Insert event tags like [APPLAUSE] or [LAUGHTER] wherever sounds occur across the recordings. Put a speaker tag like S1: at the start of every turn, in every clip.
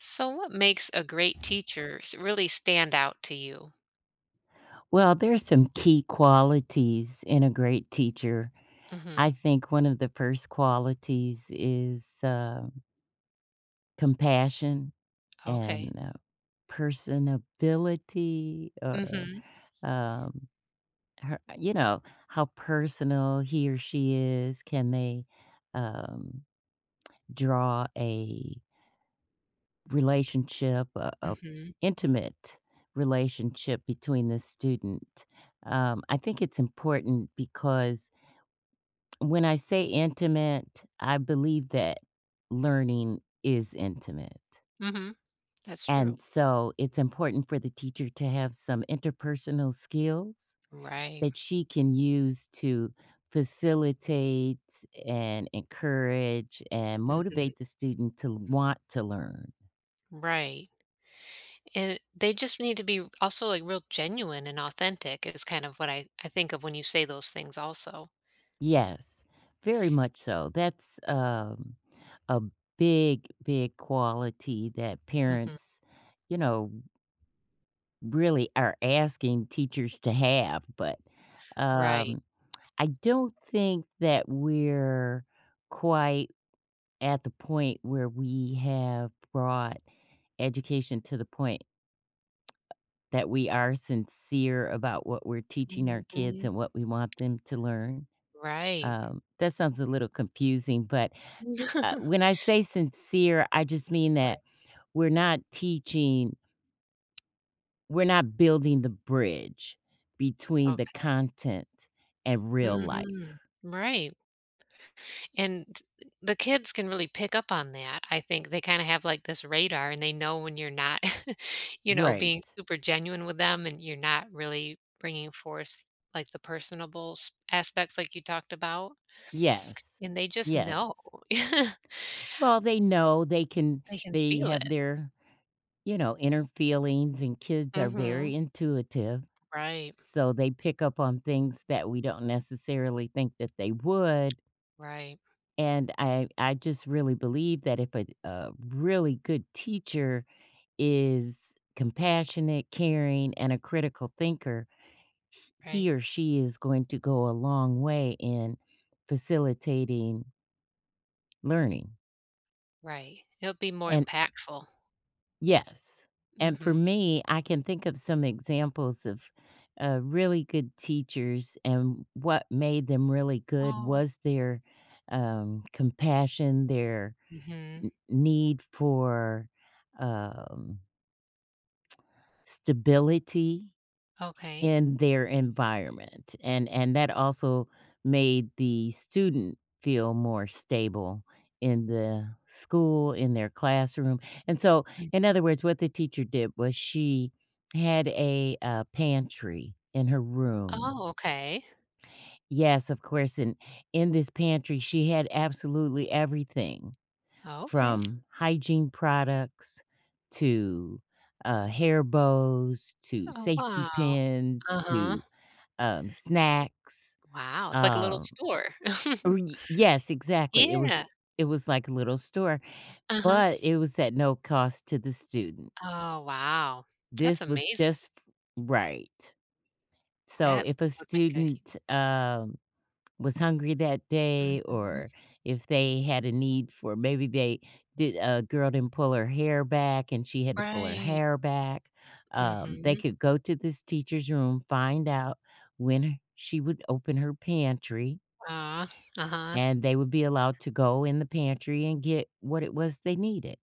S1: So, what makes a great teacher really stand out to you?
S2: Well, there's some key qualities in a great teacher.
S1: Mm hmm.
S2: I think one of the first qualities is, compassion and,
S1: Okay.
S2: personability, or,
S1: Hmm.
S2: um, her you know, how personal he or she is. Can they, um, draw a relationship, a
S1: Hmm.
S2: intimate relationship between the student? I think it's important because when I say intimate, I believe that learning is intimate.
S1: Hmm. That's true.
S2: And so it's important for the teacher to have some interpersonal skills
S1: Right.
S2: that she can use to facilitate and encourage and
S1: Mm hmm.
S2: motivate the student to want to learn.
S1: Right. And they just need to be also like real genuine and authentic is kind of what I think of when you say those things also.
S2: Yes, very much so. That's a big, big quality that
S1: Mm hmm.
S2: parents, you know, really are asking teachers to have, but,
S1: Right.
S2: um, I don't think that we're quite at the point where we have brought education to the point that we are sincere about what we're teaching
S1: Mm
S2: our kids
S1: hmm.
S2: and what we want them to learn.
S1: Right.
S2: That sounds a little confusing, but,
S1: [LAUGHS] Right.
S2: when I say sincere, I just mean that we're not teaching We're not building the bridge between the
S1: Okay.
S2: content and real
S1: Mm
S2: life.
S1: hmm. Right. And the kids can really pick up on that. I think they kinda have, like, this radar, and they know when you're not, [LAUGHS] you know,
S2: Right.
S1: being super genuine with them, and you're not really bringing forth, like, the personable s aspects like you talked about,
S2: Yes.
S1: and they just
S2: Yes.
S1: know. [LAUGHS]
S2: Well, they know
S1: They can
S2: they
S1: feel
S2: have
S1: it.
S2: their, inner feelings, and kids are
S1: Mhm.
S2: very intuitive,
S1: Right.
S2: so they pick up on things that we don't necessarily think that they would,
S1: Right.
S2: and I just really believe that if a really good teacher is compassionate, caring, and a critical thinker, he
S1: Right.
S2: or she is going to go a long way in facilitating learning.
S1: Right. It'll be more
S2: And
S1: impactful.
S2: yes, and for
S1: Mhm.
S2: me, I can think of some examples of really good teachers, and what made them really good
S1: Oh.
S2: was their compassion, their
S1: Mhm.
S2: need for um, stability
S1: Okay.
S2: in their environment, and that also made the student feel more stable in the school, in their classroom. And so, in
S1: Mm.
S2: other words, what the teacher did was she had a pantry in her room.
S1: Oh, okay.
S2: Yes, of course. And in this pantry she had absolutely everything,
S1: Okay.
S2: from hygiene products to hair bows to
S1: Oh,
S2: safety
S1: wow.
S2: pins
S1: Uh-huh.
S2: to snacks,
S1: Wow, it's like a little
S2: um
S1: store. [LAUGHS]
S2: or y yes, exactly. It was
S1: Yeah,
S2: it was like a little store,
S1: uh-huh.
S2: but it was at no cost to the students.
S1: Oh, wow. That's
S2: This was
S1: amazing.
S2: just f. Right. So
S1: That
S2: if a
S1: would make a huge.
S2: student, was hungry that day,
S1: Mhm.
S2: or if they had a need for, maybe they did, a girl didn't pull her hair back and she had to pull her
S1: Right.
S2: hair back, they
S1: Mhm.
S2: could go to this teacher's room, find out when she would open her pantry,
S1: Aw, uh-huh,
S2: and they would be allowed to go in the pantry and get what it was they needed.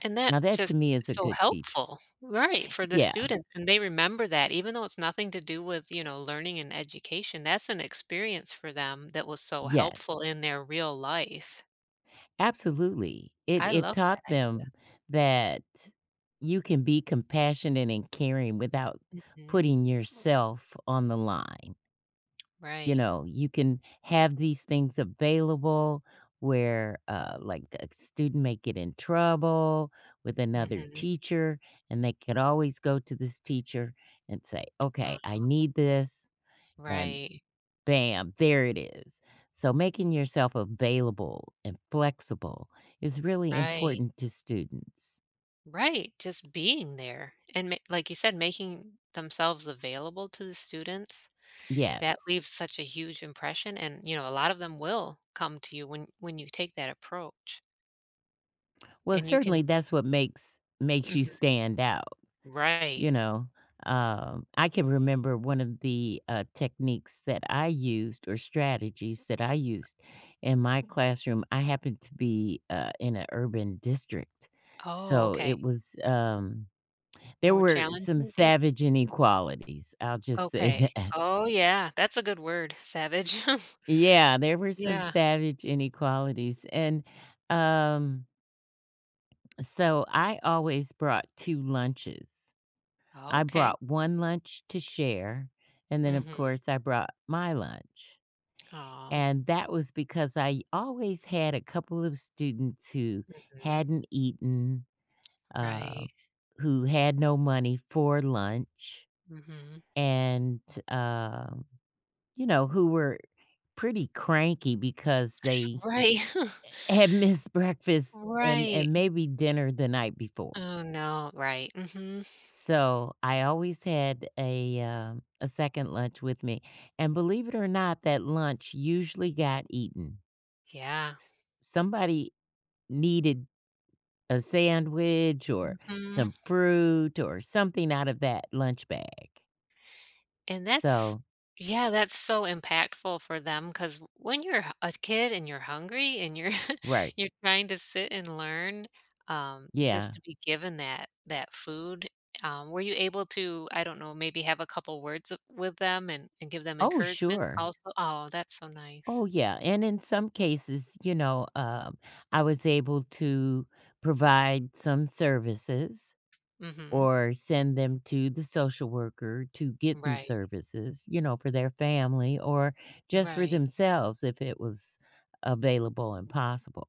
S1: and that
S2: Now that to
S1: just
S2: me is
S1: is
S2: a
S1: so
S2: good teacher.
S1: helpful, right, for the
S2: Yeah,
S1: students, and they remember that even though it's nothing to do with, you know, learning and education, that's an experience for them that was so helpful
S2: yes,
S1: in their real life.
S2: absolutely. It
S1: I
S2: it
S1: love
S2: taught
S1: that idea.
S2: them that you can be compassionate and caring without
S1: Mhm.
S2: putting yourself on the line. You
S1: Right.
S2: know, you can have these things available where, like, a student may get in trouble with another
S1: Mhm.
S2: teacher, and they could always go to this teacher and say, "Okay,
S1: Uh,
S2: I need this," and
S1: right,
S2: bam, there it is. So making yourself available and flexible is really
S1: right.
S2: important to students.
S1: Right, just being there and like you said, making themselves available to the students,
S2: Yeah.
S1: that leaves such a huge impression and you know, a lot of them will come to you when you take that approach
S2: Well,
S1: and you can.
S2: certainly that's what makes you
S1: Mhm.
S2: stand out.
S1: Right.
S2: You know, I can remember one of the, techniques that I used, or strategies that I used, in my classroom. I happened to be, in an urban district,
S1: Oh,
S2: so
S1: okay.
S2: it was, there
S1: More
S2: were some
S1: challenging, do you think?
S2: savage inequalities, I'll just say
S1: Okay.
S2: [LAUGHS] that.
S1: Oh, yeah, that's a good word, savage. [LAUGHS]
S2: Yeah, there were some
S1: Yeah.
S2: savage inequalities, and, um, so I always brought 2 lunches.
S1: Oh,
S2: I
S1: okay.
S2: brought 1 lunch to share, and then, of
S1: Mm-hmm.
S2: course, I brought my lunch,
S1: Oh,
S2: and that was because I always had a couple of students who
S1: hmm.
S2: hadn't eaten, uh,
S1: Right.
S2: who had no money for lunch,
S1: Mm-hmm.
S2: and, um, who were pretty cranky because they
S1: Right. [LAUGHS]
S2: had [LAUGHS] missed breakfast and
S1: Right.
S2: and maybe dinner the night before.
S1: Oh, no. Right. Mm-hmm.
S2: So, I always had a second lunch with me, and believe it or not, that lunch usually got eaten.
S1: Yeah.
S2: S Somebody needed a sandwich or
S1: Mhm,
S2: some fruit or something out of that lunch bag.
S1: and that's
S2: So.
S1: yeah, that's so impactful for them because when you're h a kid and you're hungry and you're [LAUGHS]
S2: Right.
S1: you're trying to sit and learn, just
S2: Yeah.
S1: to be given that food, were you able to, I don't know, maybe have a couple words of with them and give them
S2: Oh,
S1: encouragement
S2: sure.
S1: also? Oh, that's so nice.
S2: Oh, yeah, and in some cases, I was able to provide some services,
S1: Mhm.
S2: or send them to the social worker to get some
S1: Right,
S2: services, for their family, or just for
S1: right.
S2: themselves if it was available and possible.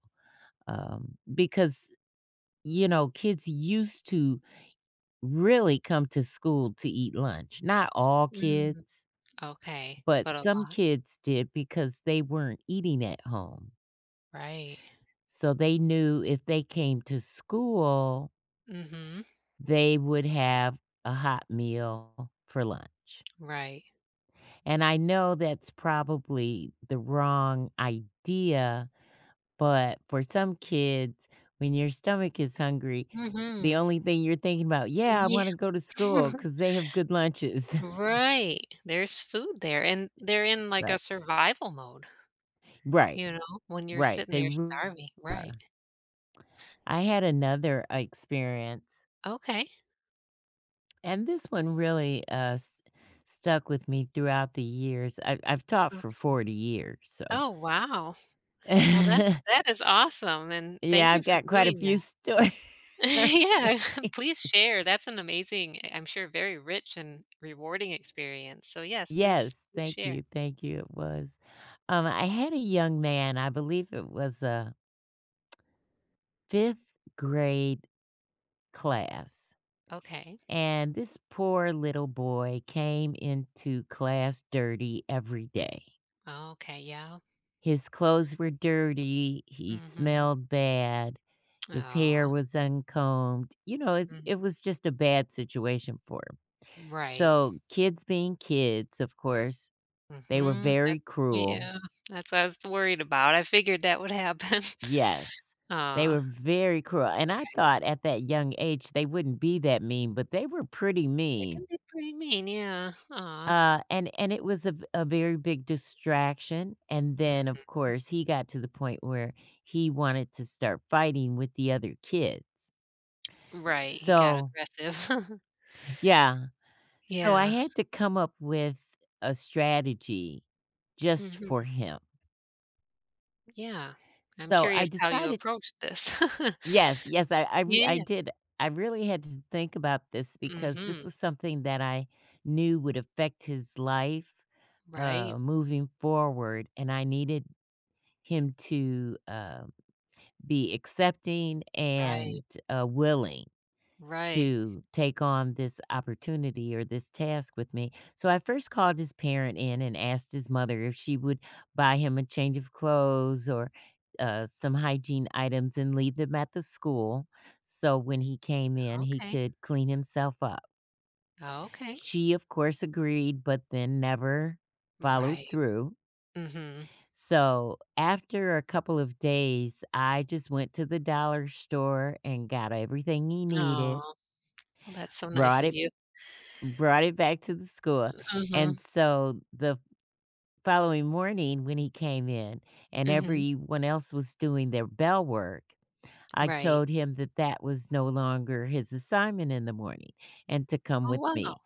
S2: Because, kids used to really come to school to eat lunch. Not all kids,
S1: Mm, okay,
S2: but
S1: but a
S2: some
S1: lot
S2: kids did because they weren't eating at home.
S1: right.
S2: So they knew if they came to school,
S1: Mhm,
S2: they would have a hot meal for lunch.
S1: right.
S2: And I know that's probably the wrong idea, but for some kids, when your stomach is hungry, the
S1: Mhm.
S2: only thing you're thinking about, "Yeah, I
S1: Yeah.
S2: wanna go to school
S1: [LAUGHS]
S2: because they have good lunches." [LAUGHS]
S1: Right. There's food there, and they're in, like, a
S2: Right.
S1: survival mode,
S2: Right.
S1: you know, when you're
S2: Right.
S1: sitting
S2: They
S1: there
S2: really
S1: starving. Right.
S2: are. I had another experience,
S1: Okay.
S2: and this one really, s stuck with me throughout the years. I've taught for
S1: Ok
S2: 40 years, so.
S1: Oh, wow. Well,
S2: [LAUGHS]
S1: that is awesome, and
S2: Yeah,
S1: thank you
S2: I've
S1: for
S2: got quite a
S1: doing
S2: few
S1: that.
S2: stories.
S1: [LAUGHS]
S2: [LAUGHS]
S1: Yeah. [LAUGHS] Please share. That's an amazing I am sure very rich and rewarding experience. So, yes,
S2: Yes,
S1: please share.
S2: thank you, it was. I had a young man, I believe it was a 5th grade class,
S1: Okay.
S2: and this poor little boy came into class dirty every day.
S1: Mm. Okay, yeah.
S2: His clothes were dirty, he
S1: Mhm.
S2: smelled bad, his hair
S1: Aw.
S2: was uncombed,
S1: Mhm.
S2: it was just a bad situation for him.
S1: Right.
S2: So, kids being kids, of course, they were
S1: Mhm, that
S2: very cruel.
S1: yeah, that's what I was worried about, I figured that would happen.
S2: Yes.
S1: [LAUGHS]
S2: They
S1: Aw,
S2: were very cruel, and I thought at that young age they wouldn't be that mean, but they were pretty
S1: it can
S2: mean.
S1: be pretty mean, yeah, aw.
S2: And it was a very big distraction, and
S1: Mm,
S2: then, of course, he got to the point where he wanted to start fighting with the other kids.
S1: right, he got
S2: So.
S1: aggressive. [LAUGHS]
S2: Yeah. So I
S1: Yeah,
S2: had to come up with a strategy just for
S1: mhm,
S2: him.
S1: yeah. I'm
S2: So I
S1: curious how you
S2: decided
S1: approached this. [LAUGHS]
S2: Yes, yes, I
S1: Yeah,
S2: did. I really had to think about this because
S1: mhm,
S2: this was something that I knew would affect his life,
S1: right,
S2: moving forward, and I needed him to, be accepting
S1: right,
S2: and, willing
S1: right,
S2: to take on this opportunity or this task with me. So I first called his parent in and asked his mother if she would buy him a change of clothes, or some hygiene items and leave them at the school. So when he came in, he
S1: okay,
S2: could clean himself up.
S1: okay,
S2: She, of course, agreed, but then never followed
S1: right,
S2: through.
S1: mhm.
S2: So after a couple of days, I just went to the dollar store and got everything he
S1: Oh,
S2: needed,
S1: well, that's so nice
S2: brought
S1: of
S2: it
S1: you.
S2: Brought it back to the school,
S1: Mhm,
S2: and so the following morning when he came in and
S1: mhm,
S2: everyone else was doing their bell work, I
S1: right.
S2: told him that that was no longer his assignment in the morning, and to come
S1: Oh,
S2: with
S1: wow,
S2: me.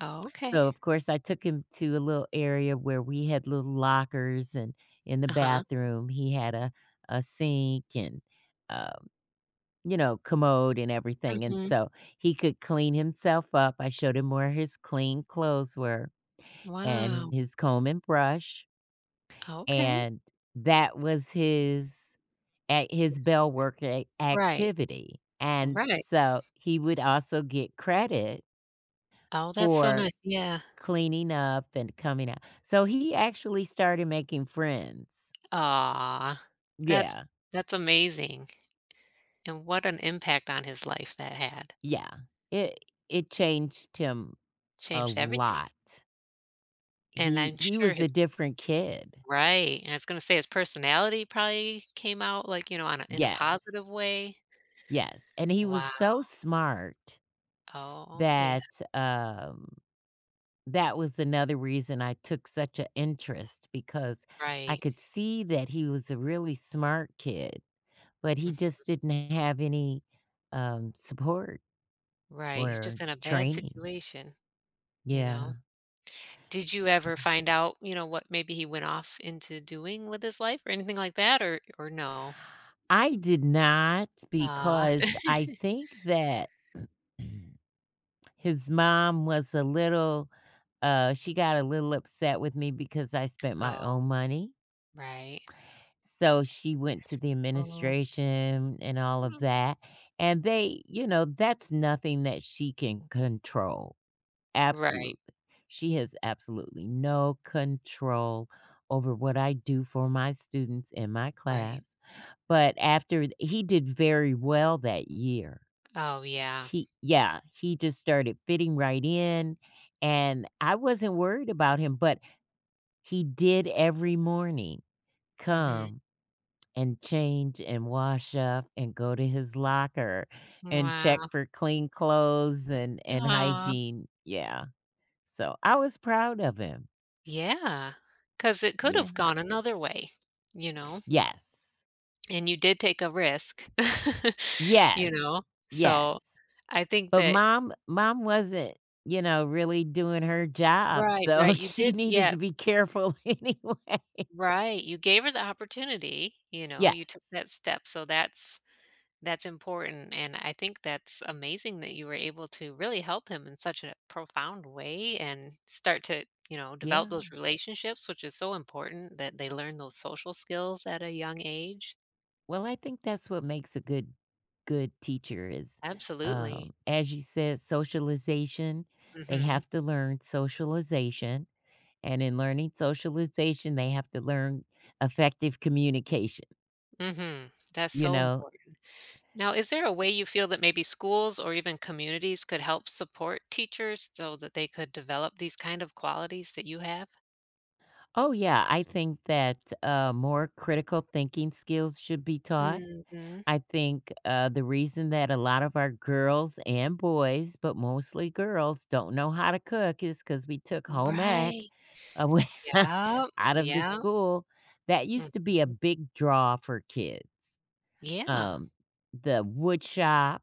S1: oh, okay,
S2: So, of course, I took him to a little area where we had little lockers, and in the
S1: uh-huh,
S2: bathroom, he had a sink and, uh, commode and everything, and
S1: mhm.
S2: so he could clean himself up. I showed him where his clean clothes were, and
S1: Wow.
S2: his comb and brush,
S1: Okay.
S2: and that was his at his
S1: Yes.
S2: bell work, a
S1: Right.
S2: activity, and
S1: Right.
S2: so he would also get credit
S1: Oh, that's so
S2: for
S1: nice. Yeah.
S2: cleaning up and coming out. So he actually started making friends.
S1: Aw. That's
S2: Yeah,
S1: that's amazing. And what an impact on his life that had.
S2: yeah. It it changed him a
S1: Changed everything.
S2: lot.
S1: And
S2: He
S1: I'm
S2: he
S1: sure
S2: was a
S1: his
S2: different kid.
S1: right. And I was gonna say his personality probably came out like, you know, on a, in a
S2: Yeah,
S1: positive way.
S2: yes, and he was
S1: Wow.
S2: so smart
S1: Oh, yeah.
S2: that, um That was another reason I took such an interest, because I could
S1: Right.
S2: see that he was a really smart kid, but he
S1: Mhm.
S2: just didn't have any, support
S1: Right. He's
S2: or
S1: just in a bad
S2: training.
S1: situation, you
S2: Yeah.
S1: know. Did you ever find out, you know, what maybe he went off into doing with his life or anything like that, or no?
S2: I did not,
S1: Ah.
S2: because
S1: [LAUGHS]
S2: I think that [CLEARS THROAT] his mom was a little, she got a little upset with me because I spent my own
S1: Oh,
S2: money.
S1: right.
S2: So she went to the
S1: Oh.
S2: administration and all of that, and that's nothing that she can control. Absolutely.
S1: Right,
S2: She has absolutely no control over what I do for my students in my
S1: right.
S2: class, but after he did very well that year.
S1: Oh, yeah.
S2: He yeah, he just started fitting right in, and I wasn't worried about him, but he did every morning
S1: Mhm.
S2: come and change and wash up and go to his locker and check
S1: Wow.
S2: for clean clothes and
S1: Aw.
S2: hygiene. Yeah. So, I was proud of him.
S1: Yeah, because it could
S2: Yeah.
S1: have gone another way, you know,
S2: Yes.
S1: and you did take a risk, [LAUGHS] you
S2: Yes,
S1: know? So,
S2: yes.
S1: I think
S2: But
S1: that
S2: mom wasn't, really doing her job,
S1: right, right,
S2: so [LAUGHS]
S1: you
S2: she
S1: did
S2: needed
S1: yeah,
S2: to be careful [LAUGHS] anyway.
S1: right, you gave her the opportunity, you know, you took
S2: Yes.
S1: that step, so that's important, and I think that's amazing that you were able to really help him in such a profound way and start to, you know, develop
S2: Yeah.
S1: those relationships, which is so important that they learn those social skills at a young age.
S2: Well, I think that's what makes a good teacher is,
S1: Absolutely.
S2: as you said, socialization. They
S1: Mhm.
S2: have to learn socialization, and in learning socialization, they have to learn effective communication,
S1: Mhm. That's
S2: you
S1: so
S2: know?
S1: important. Now, is there a way you feel that maybe schools or even communities could help support teachers so that they could develop these kind of qualities that you have?
S2: Oh, yeah, I think that, more critical thinking skills should be taught.
S1: Mhm.
S2: I think the reason that a lot of our girls and boys, but mostly girls, don't know how to cook is because we took home ec
S1: Right.
S2: away
S1: Yeah.
S2: [LAUGHS] out of the
S1: Yeah.
S2: school. That used to be a
S1: Mhm.
S2: big draw for kids.
S1: Yeah,
S2: Um, the wood shop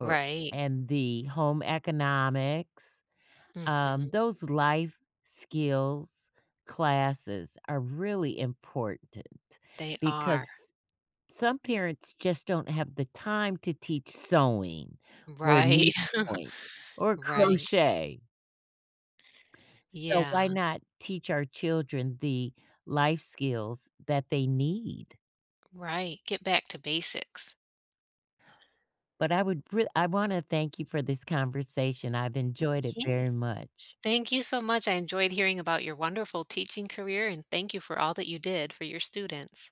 S2: or and the home economics,
S1: Mhm.
S2: those life skills classes are really important,
S1: They are.
S2: because some parents just don't have the time to teach sewing or
S1: Right, [LAUGHS]
S2: needlepoint or
S1: right.
S2: crochet. So why
S1: Yeah,
S2: not teach our children the life skills that they need?
S1: right. Get back to basics.
S2: But I would re I wanna thank you for this conversation. I've enjoyed it
S1: Yeah.
S2: very much.
S1: Thank you so much. I enjoyed hearing about your wonderful teaching career, and thank you for all that you did for your students.